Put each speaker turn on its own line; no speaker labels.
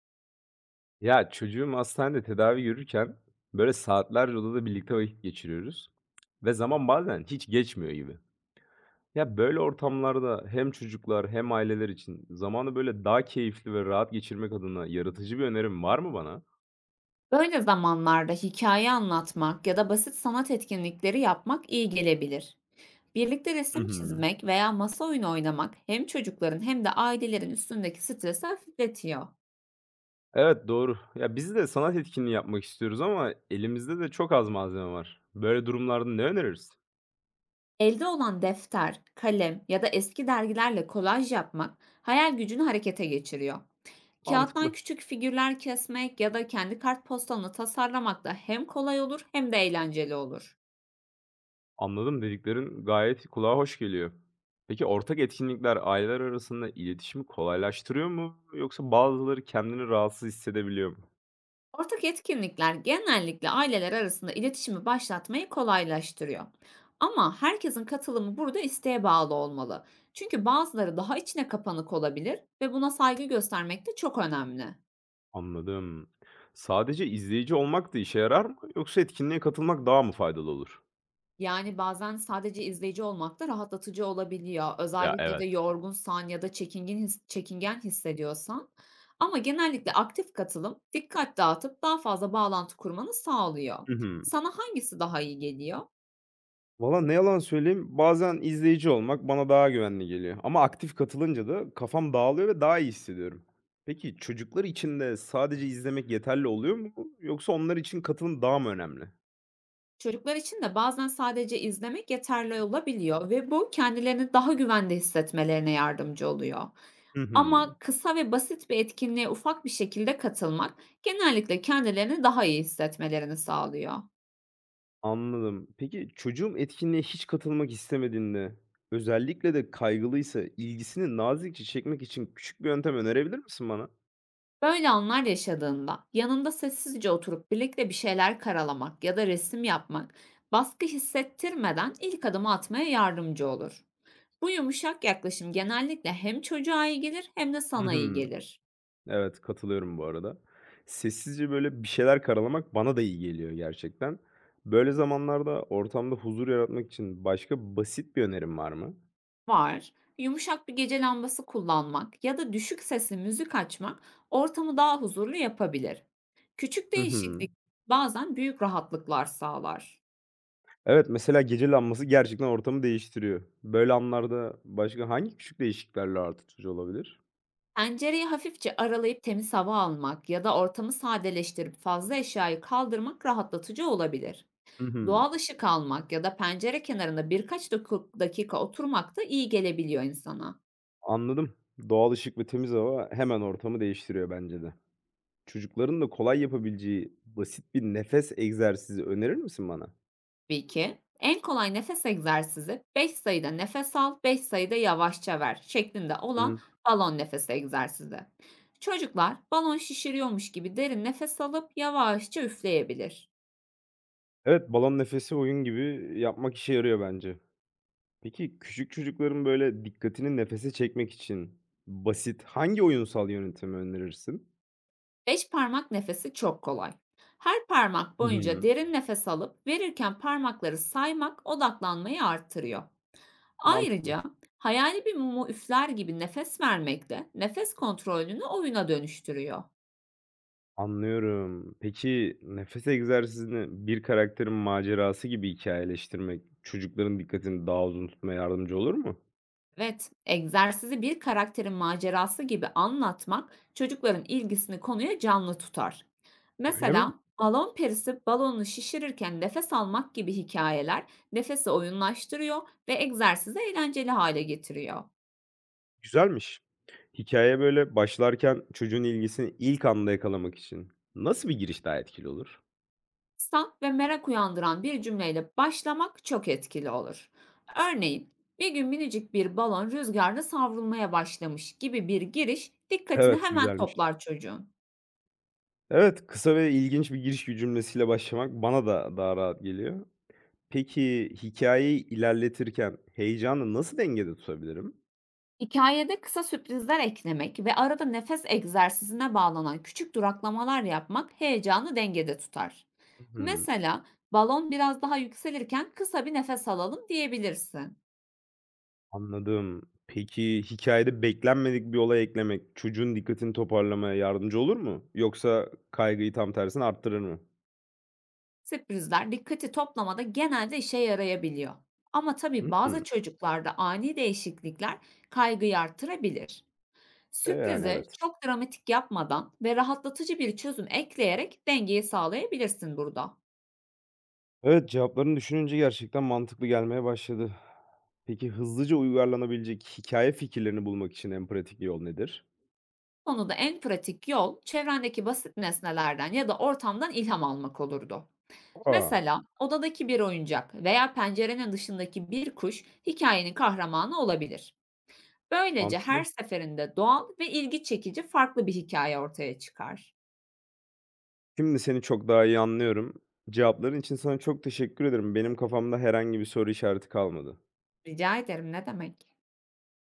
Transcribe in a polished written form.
Ya, çocuğum hastanede tedavi görürken, böyle, saatlerce odada birlikte vakit geçiriyoruz ve zaman bazen hiç geçmiyor gibi. Ya, böyle ortamlarda hem çocuklar hem aileler için zamanı, böyle, daha keyifli ve rahat geçirmek adına yaratıcı bir önerim var mı bana?
Böyle zamanlarda hikaye anlatmak ya da basit sanat etkinlikleri yapmak iyi gelebilir. Birlikte
Hı
resim
hı.
çizmek veya masa oyunu oynamak hem çocukların hem de ailelerin üstündeki stresi hafifletiyor.
Evet, doğru. Ya, biz de sanat etkinliği yapmak istiyoruz ama elimizde de çok az malzeme var. Böyle durumlarda ne öneririz?
Elde olan defter, kalem ya da eski dergilerle kolaj yapmak hayal gücünü harekete geçiriyor. Kağıttan
Mantıklı.
küçük figürler kesmek ya da kendi kartpostalını tasarlamak da hem kolay olur hem de eğlenceli olur.
Anladım, dediklerin gayet kulağa hoş geliyor. Peki ortak etkinlikler aileler arasında iletişimi kolaylaştırıyor mu yoksa bazıları kendini rahatsız hissedebiliyor mu?
Ortak etkinlikler genellikle aileler arasında iletişimi başlatmayı kolaylaştırıyor. Ama herkesin katılımı burada isteğe bağlı olmalı. Çünkü bazıları daha içine kapanık olabilir ve buna saygı göstermek de çok önemli.
Anladım. Sadece izleyici olmak da işe yarar mı yoksa etkinliğe katılmak daha mı faydalı olur?
Yani bazen sadece izleyici olmak da rahatlatıcı olabiliyor.
Ya,
Özellikle de
evet.
yorgunsan ya da çekingen hissediyorsan. Ama genellikle aktif katılım dikkat dağıtıp daha fazla bağlantı kurmanı sağlıyor.
Hı hı.
Sana hangisi daha iyi geliyor?
Valla ne yalan söyleyeyim, bazen izleyici olmak bana daha güvenli geliyor ama aktif katılınca da kafam dağılıyor ve daha iyi hissediyorum. Peki çocuklar için de sadece izlemek yeterli oluyor mu yoksa onlar için katılım daha mı önemli?
Çocuklar için de bazen sadece izlemek yeterli olabiliyor ve bu kendilerini daha güvende hissetmelerine yardımcı oluyor.
Hı hı.
Ama kısa ve basit bir etkinliğe ufak bir şekilde katılmak genellikle kendilerini daha iyi hissetmelerini sağlıyor.
Anladım. Peki çocuğum etkinliğe hiç katılmak istemediğinde, özellikle de kaygılıysa ilgisini nazikçe çekmek için küçük bir yöntem önerebilir misin bana?
Böyle anlar yaşadığında yanında sessizce oturup birlikte bir şeyler karalamak ya da resim yapmak baskı hissettirmeden ilk adımı atmaya yardımcı olur. Bu yumuşak yaklaşım genellikle hem çocuğa iyi gelir hem de
Hı
sana iyi
hı.
gelir.
Evet, katılıyorum bu arada. Sessizce böyle bir şeyler karalamak bana da iyi geliyor gerçekten. Böyle zamanlarda ortamda huzur yaratmak için başka basit bir önerim var mı?
Var. Yumuşak bir gece lambası kullanmak ya da düşük sesli müzik açmak ortamı daha huzurlu yapabilir. Küçük
Hı hı.
değişiklik bazen büyük rahatlıklar sağlar.
Evet, mesela gece lambası gerçekten ortamı değiştiriyor. Böyle anlarda başka hangi küçük değişikliklerle artı olabilir?
Pencereyi hafifçe aralayıp temiz hava almak ya da ortamı sadeleştirip fazla eşyayı kaldırmak rahatlatıcı olabilir.
Hı hı.
Doğal ışık almak ya da pencere kenarında dakika oturmak da iyi gelebiliyor insana.
Anladım. Doğal ışık ve temiz hava hemen ortamı değiştiriyor bence de. Çocukların da kolay yapabileceği basit bir nefes egzersizi önerir misin bana?
Tabii ki. En kolay nefes egzersizi 5 sayıda nefes al, 5 sayıda yavaşça ver şeklinde olan
Hımm.
balon nefes egzersizi. Çocuklar balon şişiriyormuş gibi derin nefes alıp yavaşça üfleyebilir.
Evet, balon nefesi oyun gibi yapmak işe yarıyor bence. Peki küçük çocukların böyle dikkatini nefese çekmek için basit hangi oyunsal yöntemi önerirsin?
5 parmak nefesi çok kolay. Her parmak
Hı
boyunca
hı.
derin nefes alıp verirken parmakları saymak odaklanmayı artırıyor.
Mantıklı.
Ayrıca hayali bir mumu üfler gibi nefes vermek de nefes kontrolünü oyuna dönüştürüyor.
Anlıyorum. Peki nefes egzersizini bir karakterin macerası gibi hikayeleştirmek çocukların dikkatini daha uzun tutmaya yardımcı olur mu?
Evet, egzersizi bir karakterin macerası gibi anlatmak çocukların ilgisini konuya canlı tutar.
Öyle mi?
Mesela balon perisi balonu şişirirken nefes almak gibi hikayeler nefesi oyunlaştırıyor ve egzersizi eğlenceli hale getiriyor.
Güzelmiş. Hikaye böyle, başlarken çocuğun ilgisini ilk anda yakalamak için nasıl bir giriş daha etkili olur?
Stat ve merak uyandıran bir cümleyle başlamak çok etkili olur. Örneğin, bir gün minicik bir balon rüzgarda savrulmaya başlamış gibi bir giriş dikkatini
Evet,
hemen
güzelmiş.
toplar çocuğun.
Evet, kısa ve ilginç bir giriş cümlesiyle başlamak bana da daha rahat geliyor. Peki, hikayeyi ilerletirken heyecanı nasıl dengede tutabilirim?
Hikâyede kısa sürprizler eklemek ve arada nefes egzersizine bağlanan küçük duraklamalar yapmak heyecanı dengede tutar.
Hımm,
Mesela balon biraz daha yükselirken kısa bir nefes alalım diyebilirsin.
anladım. Peki, hikayede beklenmedik bir olay eklemek çocuğun dikkatini toparlamaya yardımcı olur mu? Yoksa kaygıyı tam tersine arttırır mı?
Sürprizler dikkati toplamada genelde işe yarayabiliyor. Ama tabii bazı
Hımm.
çocuklarda ani değişiklikler kaygıyı artırabilir.
Yani
Sürprizi
evet.
çok dramatik yapmadan ve rahatlatıcı bir çözüm ekleyerek dengeyi sağlayabilirsin burada.
Evet, cevaplarını düşününce gerçekten mantıklı gelmeye başladı. Peki hızlıca uyarlanabilecek hikaye fikirlerini bulmak için en pratik yol nedir?
Bu konuda en pratik yol çevrendeki basit nesnelerden ya da ortamdan ilham almak olurdu.
Aa,
Mesela odadaki bir oyuncak veya pencerenin dışındaki bir kuş hikayenin kahramanı olabilir. Böylece her
mantıklı.
seferinde doğal ve ilgi çekici farklı bir hikaye ortaya çıkar.
Şimdi seni çok daha iyi anlıyorum. Cevapların için sana çok teşekkür ederim. Benim kafamda herhangi bir soru işareti kalmadı.
Rica ederim, ne demek?